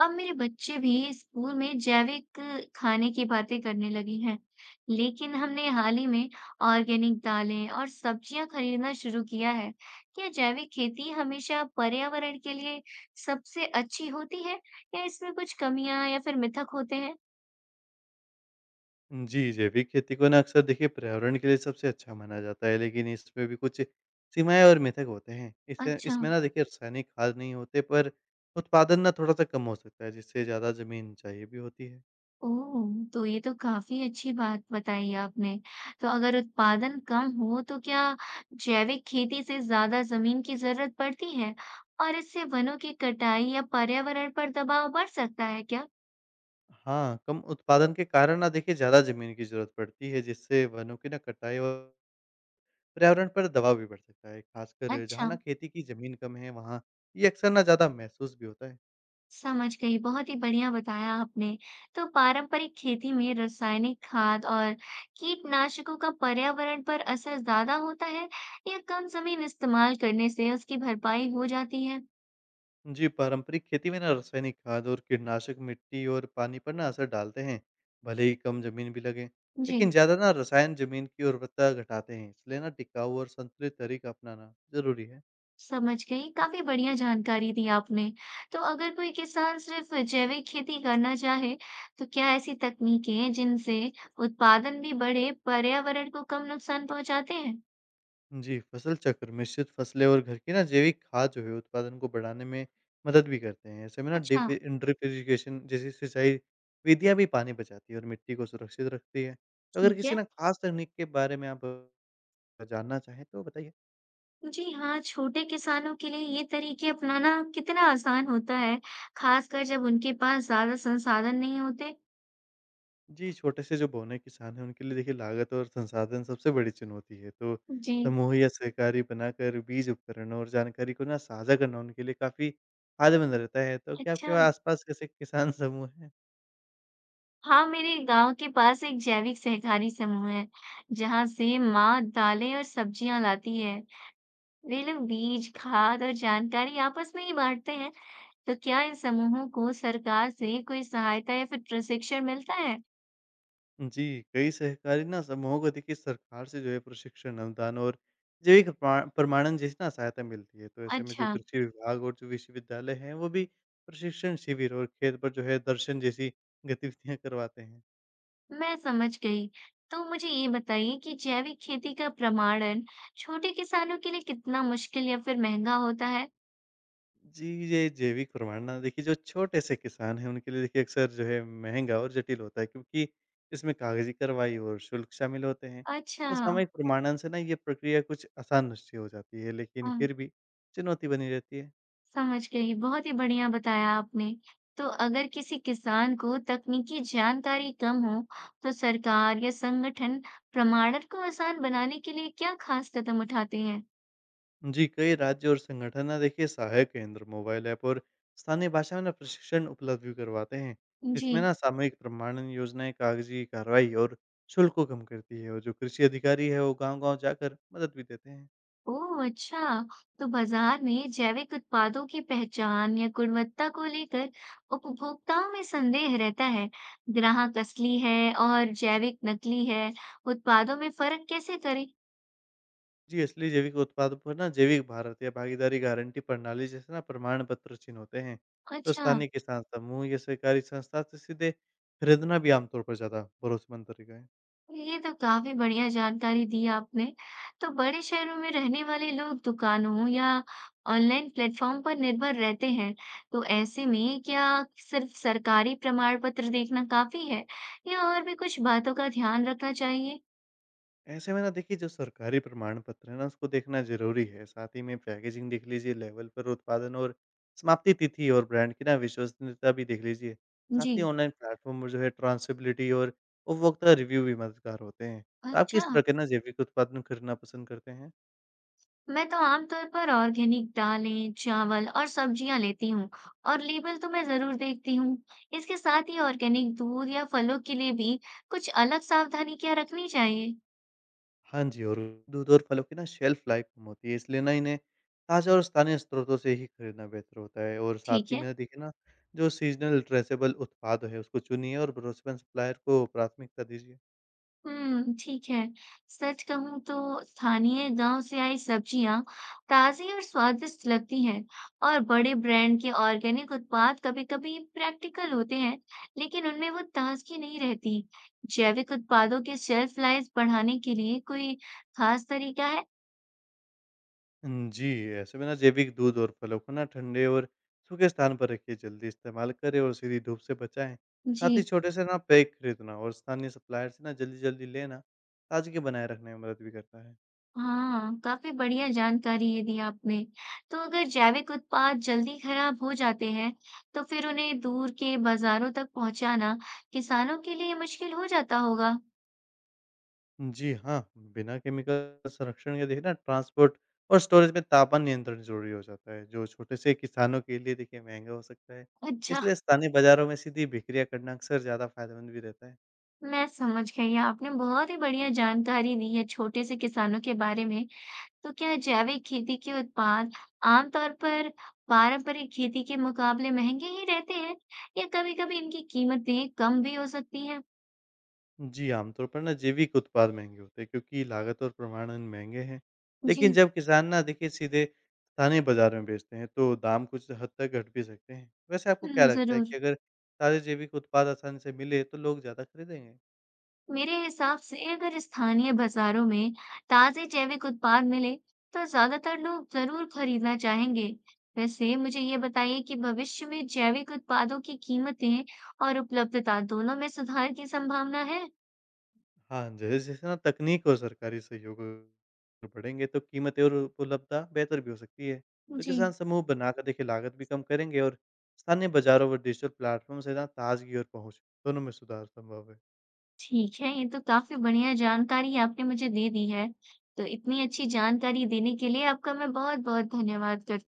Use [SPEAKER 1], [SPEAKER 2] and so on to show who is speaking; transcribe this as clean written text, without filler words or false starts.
[SPEAKER 1] अब मेरे बच्चे भी स्कूल में जैविक खाने की बातें करने लगे हैं, लेकिन हमने हाल ही में ऑर्गेनिक दालें और सब्जियां खरीदना शुरू किया है। क्या जैविक खेती हमेशा पर्यावरण के लिए सबसे अच्छी होती है, या इसमें कुछ कमियां या फिर मिथक होते हैं?
[SPEAKER 2] जी, जैविक खेती को ना अक्सर देखिए पर्यावरण के लिए सबसे अच्छा माना जाता है, लेकिन इसमें भी कुछ सीमाएँ और मिथक होते हैं। इससे
[SPEAKER 1] अच्छा।
[SPEAKER 2] इसमें ना देखिए रासायनिक खाद नहीं होते, पर उत्पादन ना थोड़ा-सा कम हो सकता है, जिससे ज़्यादा ज़मीन चाहिए भी होती है।
[SPEAKER 1] ओह! तो ये तो काफ़ी अच्छी बात बताई आपने। तो अगर उत्पादन कम हो तो क्या जैविक खेती से ज़्यादा ज़मीन की ज़रूरत पड़ती है? और इससे वनों की कटाई या पर्यावरण पर दबाव बढ़ सकता है क्या?
[SPEAKER 2] हाँ, कम उत्पादन के कारण ना देखिए ज़्यादा ज़मीन की ज़रूरत पड़ती है, जिससे वनों की ना कटाई और पर्यावरण पर दबाव भी पड़ सकता है। खासकर जहाँ
[SPEAKER 1] अच्छा।
[SPEAKER 2] ना खेती की ज़मीन कम है, वहाँ ये अक्सर ना ज़्यादा महसूस भी होता है।
[SPEAKER 1] समझ गई। बहुत ही बढ़िया बताया आपने। तो पारंपरिक खेती में रासायनिक खाद और कीटनाशकों का पर्यावरण पर असर ज़्यादा होता है या कम ज़मीन इस्तेमाल करने से उसकी भरपाई हो जाती है?
[SPEAKER 2] जी, पारंपरिक खेती में ना रासायनिक खाद और कीटनाशक मिट्टी और पानी पर ना असर डालते हैं, भले ही कम जमीन भी लगे।
[SPEAKER 1] जी।
[SPEAKER 2] लेकिन ज्यादा ना रसायन जमीन की उर्वरता घटाते हैं, इसलिए ना टिकाऊ और संतुलित तरीका अपनाना जरूरी है।
[SPEAKER 1] समझ गई। काफ़ी बढ़िया जानकारी दी आपने। तो अगर कोई किसान सिर्फ़ जैविक खेती करना चाहे, तो क्या ऐसी तकनीकें जिनसे उत्पादन भी बढ़े, पर्यावरण को कम नुकसान पहुँचाते हैं?
[SPEAKER 2] जी, फसल चक्र, मिश्रित फसलें और घर की ना जैविक खाद जो है उत्पादन को बढ़ाने में मदद भी करते हैं। ऐसे में ना डिफ
[SPEAKER 1] अच्छा।
[SPEAKER 2] ड्रिप इरिगेशन जैसी सिंचाई विधियां भी पानी बचाती है और मिट्टी को सुरक्षित रखती है। तो अगर
[SPEAKER 1] ठीक
[SPEAKER 2] किसी
[SPEAKER 1] है।
[SPEAKER 2] ना खास तकनीक के बारे में आप जानना चाहें, तो बताइए।
[SPEAKER 1] जी हाँ, छोटे किसानों के लिए ये तरीके अपनाना कितना आसान होता है, खासकर जब उनके पास ज़्यादा संसाधन नहीं होते?
[SPEAKER 2] जी, छोटे से जो बौने किसान हैं, उनके लिए देखिए लागत और संसाधन सबसे बड़ी चुनौती है। तो
[SPEAKER 1] जी।
[SPEAKER 2] समूह या सहकारी बनाकर बीज, उपकरण और जानकारी को ना साझा करना उनके लिए काफ़ी फ़ायदेमंद रहता है। तो क्या आपके
[SPEAKER 1] अच्छा।
[SPEAKER 2] वहाँ आसपास ऐसे किसान समूह हैं?
[SPEAKER 1] हाँ, मेरे गाँव के पास एक जैविक सहकारी समूह है, जहाँ से माँ दालें और सब्जियाँ लाती है। वे लोग बीज, खाद और जानकारी आपस में ही बांटते हैं। तो क्या इन समूहों को सरकार से कोई सहायता या फिर प्रशिक्षण मिलता है?
[SPEAKER 2] जी, कई सहकारी ना समूहों को देखिए सरकार से जो है प्रशिक्षण, अनुदान और जैविक प्रमाणन जैसी ना सहायता मिलती है। तो ऐसे में जो
[SPEAKER 1] अच्छा।
[SPEAKER 2] कृषि विभाग और जो विश्वविद्यालय हैं, वो भी प्रशिक्षण शिविर और खेत पर जो है दर्शन जैसी गतिविधियाँ करवाते हैं।
[SPEAKER 1] मैं समझ गई। तो मुझे ये बताइए कि जैविक खेती का प्रमाणन छोटे किसानों के लिए कितना मुश्किल या फिर महंगा होता है?
[SPEAKER 2] जी, ये जैविक प्रमाणन ना, देखिए जो छोटे से किसान हैं उनके लिए देखिए अक्सर जो है महँगा और जटिल होता है, क्योंकि इसमें कागज़ी कार्रवाई और शुल्क शामिल होते हैं।
[SPEAKER 1] अच्छा।
[SPEAKER 2] तो सामयिक प्रमाणन से ना ये प्रक्रिया कुछ आसान निश्चय हो जाती है, लेकिन
[SPEAKER 1] हाँ।
[SPEAKER 2] फिर भी चुनौती बनी रहती है।
[SPEAKER 1] समझ गई, बहुत ही बढ़िया बताया आपने। तो अगर किसी किसान को तकनीकी जानकारी कम हो, तो सरकार या संगठन प्रमाणन को आसान बनाने के लिए क्या खास कदम उठाते हैं?
[SPEAKER 2] जी, कई राज्य और संगठन ना देखिए सहायक केंद्र, मोबाइल ऐप और स्थानीय भाषा में ना प्रशिक्षण उपलब्ध भी करवाते हैं।
[SPEAKER 1] जी।
[SPEAKER 2] इसमें ना सामूहिक प्रमाणन योजनाएँ कागज़ी कार्रवाई और शुल्क को कम करती है, और जो कृषि अधिकारी है वो गाँव-गाँव जाकर मदद भी देते हैं।
[SPEAKER 1] ओह! अच्छा। तो बाजार में जैविक उत्पादों की पहचान या गुणवत्ता को लेकर उपभोक्ताओं में संदेह रहता है। ग्राहक असली है और जैविक नकली है, उत्पादों में फ़र्क कैसे करें?
[SPEAKER 2] जी, असली जैविक उत्पादों पर ना जैविक भारत या भागीदारी गारंटी प्रणाली जैसे ना प्रमाण पत्र चिन्ह होते हैं। तो
[SPEAKER 1] अच्छा।
[SPEAKER 2] स्थानीय किसान समूह या सहकारी संस्था से सीधे खरीदना भी आमतौर पर ज़्यादा भरोसेमंद तरीका है।
[SPEAKER 1] ये तो काफी बढ़िया जानकारी दी आपने। तो बड़े शहरों में रहने वाले लोग दुकानों या ऑनलाइन प्लेटफॉर्म पर निर्भर रहते हैं। तो ऐसे में क्या सिर्फ सरकारी प्रमाण पत्र देखना काफी है या और भी कुछ बातों का ध्यान रखना चाहिए?
[SPEAKER 2] ऐसे में ना देखिए जो सरकारी प्रमाण पत्र है ना उसको देखना ज़रूरी है। साथ ही में पैकेजिंग देख लीजिए, लेवल पर उत्पादन और समाप्ति तिथि, और ब्रांड की ना विश्वसनीयता भी देख लीजिए। साथ ही
[SPEAKER 1] जी।
[SPEAKER 2] ऑनलाइन प्लेटफॉर्म पर जो है ट्रांसेबिलिटी और उपभोक्ता रिव्यू भी मददगार होते हैं। तो आप
[SPEAKER 1] अच्छा।
[SPEAKER 2] किस तरह के ना जैविक उत्पादन खरीदना पसंद करते हैं?
[SPEAKER 1] मैं तो आमतौर पर ऑर्गेनिक दालें, चावल और सब्जियां लेती हूँ और लेबल तो मैं जरूर देखती हूँ। इसके साथ ही ऑर्गेनिक दूध या फलों के लिए भी कुछ अलग सावधानी क्या रखनी चाहिए?
[SPEAKER 2] हाँ जी, और दूध और फलों की ना शेल्फ लाइफ़ कम होती है, इसलिए ना इन्हें ताज़ा और स्थानीय स्रोतों से ही खरीदना बेहतर होता है। और साथ
[SPEAKER 1] ठीक
[SPEAKER 2] ही
[SPEAKER 1] है।
[SPEAKER 2] में देखिए ना, जो सीज़नल ट्रेसेबल उत्पाद है, उसको चुनिए और भरोसेमंद सप्लायर को प्राथमिकता दीजिए।
[SPEAKER 1] हम्म, ठीक है। सच कहूँ तो स्थानीय गांव से आई सब्जियां ताजी और स्वादिष्ट लगती हैं और बड़े ब्रांड के ऑर्गेनिक उत्पाद कभी-कभी प्रैक्टिकल होते हैं, लेकिन उनमें वो ताजगी नहीं रहती। जैविक उत्पादों के शेल्फ लाइफ बढ़ाने के लिए कोई खास तरीका है?
[SPEAKER 2] जी, ऐसे में ना जैविक दूध और फलों को ना ठंडे और सूखे स्थान पर रखिए, जल्दी इस्तेमाल करें और सीधी धूप से बचाएँ।
[SPEAKER 1] जी।
[SPEAKER 2] साथ ही छोटे से ना पैक खरीदना और स्थानीय सप्लायर से ना जल्दी-जल्दी लेना, ताज़गी बनाए रखने में मदद भी करता है।
[SPEAKER 1] हाँ, काफी बढ़िया जानकारी ये दी आपने। तो अगर जैविक उत्पाद जल्दी खराब हो जाते हैं, तो फिर उन्हें दूर के बाजारों तक पहुंचाना किसानों के लिए मुश्किल हो जाता होगा।
[SPEAKER 2] जी हाँ, बिना केमिकल संरक्षण के देखिए ना ट्रांसपोर्ट और स्टोरेज में तापमान नियंत्रण ज़रूरी हो जाता है, जो छोटे से किसानों के लिए देखिए महँगा हो सकता है।
[SPEAKER 1] अच्छा।
[SPEAKER 2] इसलिए स्थानीय बाज़ारों में सीधी बिक्रिया करना अक्सर ज़्यादा फ़ायदेमंद भी रहता है।
[SPEAKER 1] मैं समझ गई। आपने बहुत ही बढ़िया जानकारी दी है छोटे से किसानों के बारे में। तो क्या जैविक खेती के उत्पाद आमतौर पर पारंपरिक खेती के मुकाबले महंगे ही रहते हैं, या कभी-कभी इनकी कीमतें कम भी हो सकती है?
[SPEAKER 2] जी, आमतौर पर ना जैविक उत्पाद महँगे होते हैं, क्योंकि लागत और प्रमाणन महँगे हैं। लेकिन
[SPEAKER 1] जी।
[SPEAKER 2] जब किसान ना देखिए सीधे स्थानीय बाज़ार में बेचते हैं, तो दाम कुछ हद तक घट भी सकते हैं। वैसे आपको क्या लगता है
[SPEAKER 1] जरूर।
[SPEAKER 2] कि अगर ताज़े जैविक उत्पाद आसानी से मिले, तो लोग ज़्यादा खरीदेंगे?
[SPEAKER 1] मेरे हिसाब से अगर स्थानीय बाजारों में ताजे जैविक उत्पाद मिले तो ज्यादातर लोग जरूर खरीदना चाहेंगे। वैसे मुझे ये बताइए कि भविष्य में जैविक उत्पादों की कीमतें और उपलब्धता दोनों में सुधार की संभावना है?
[SPEAKER 2] हाँ, जैसे-जैसे ना तकनीक और सरकारी सहयोग बढ़ेंगे, तो कीमतें और उपलब्धता बेहतर भी हो सकती है। तो किसान
[SPEAKER 1] जी।
[SPEAKER 2] समूह बनाकर देखिए लागत भी कम करेंगे, और स्थानीय बाज़ारों व डिजिटल प्लेटफ़ॉर्म से ना ताज़गी और पहुँच दोनों में सुधार संभव है।
[SPEAKER 1] ठीक है, ये तो काफी बढ़िया जानकारी आपने मुझे दे दी है। तो इतनी अच्छी जानकारी देने के लिए आपका मैं बहुत-बहुत धन्यवाद करती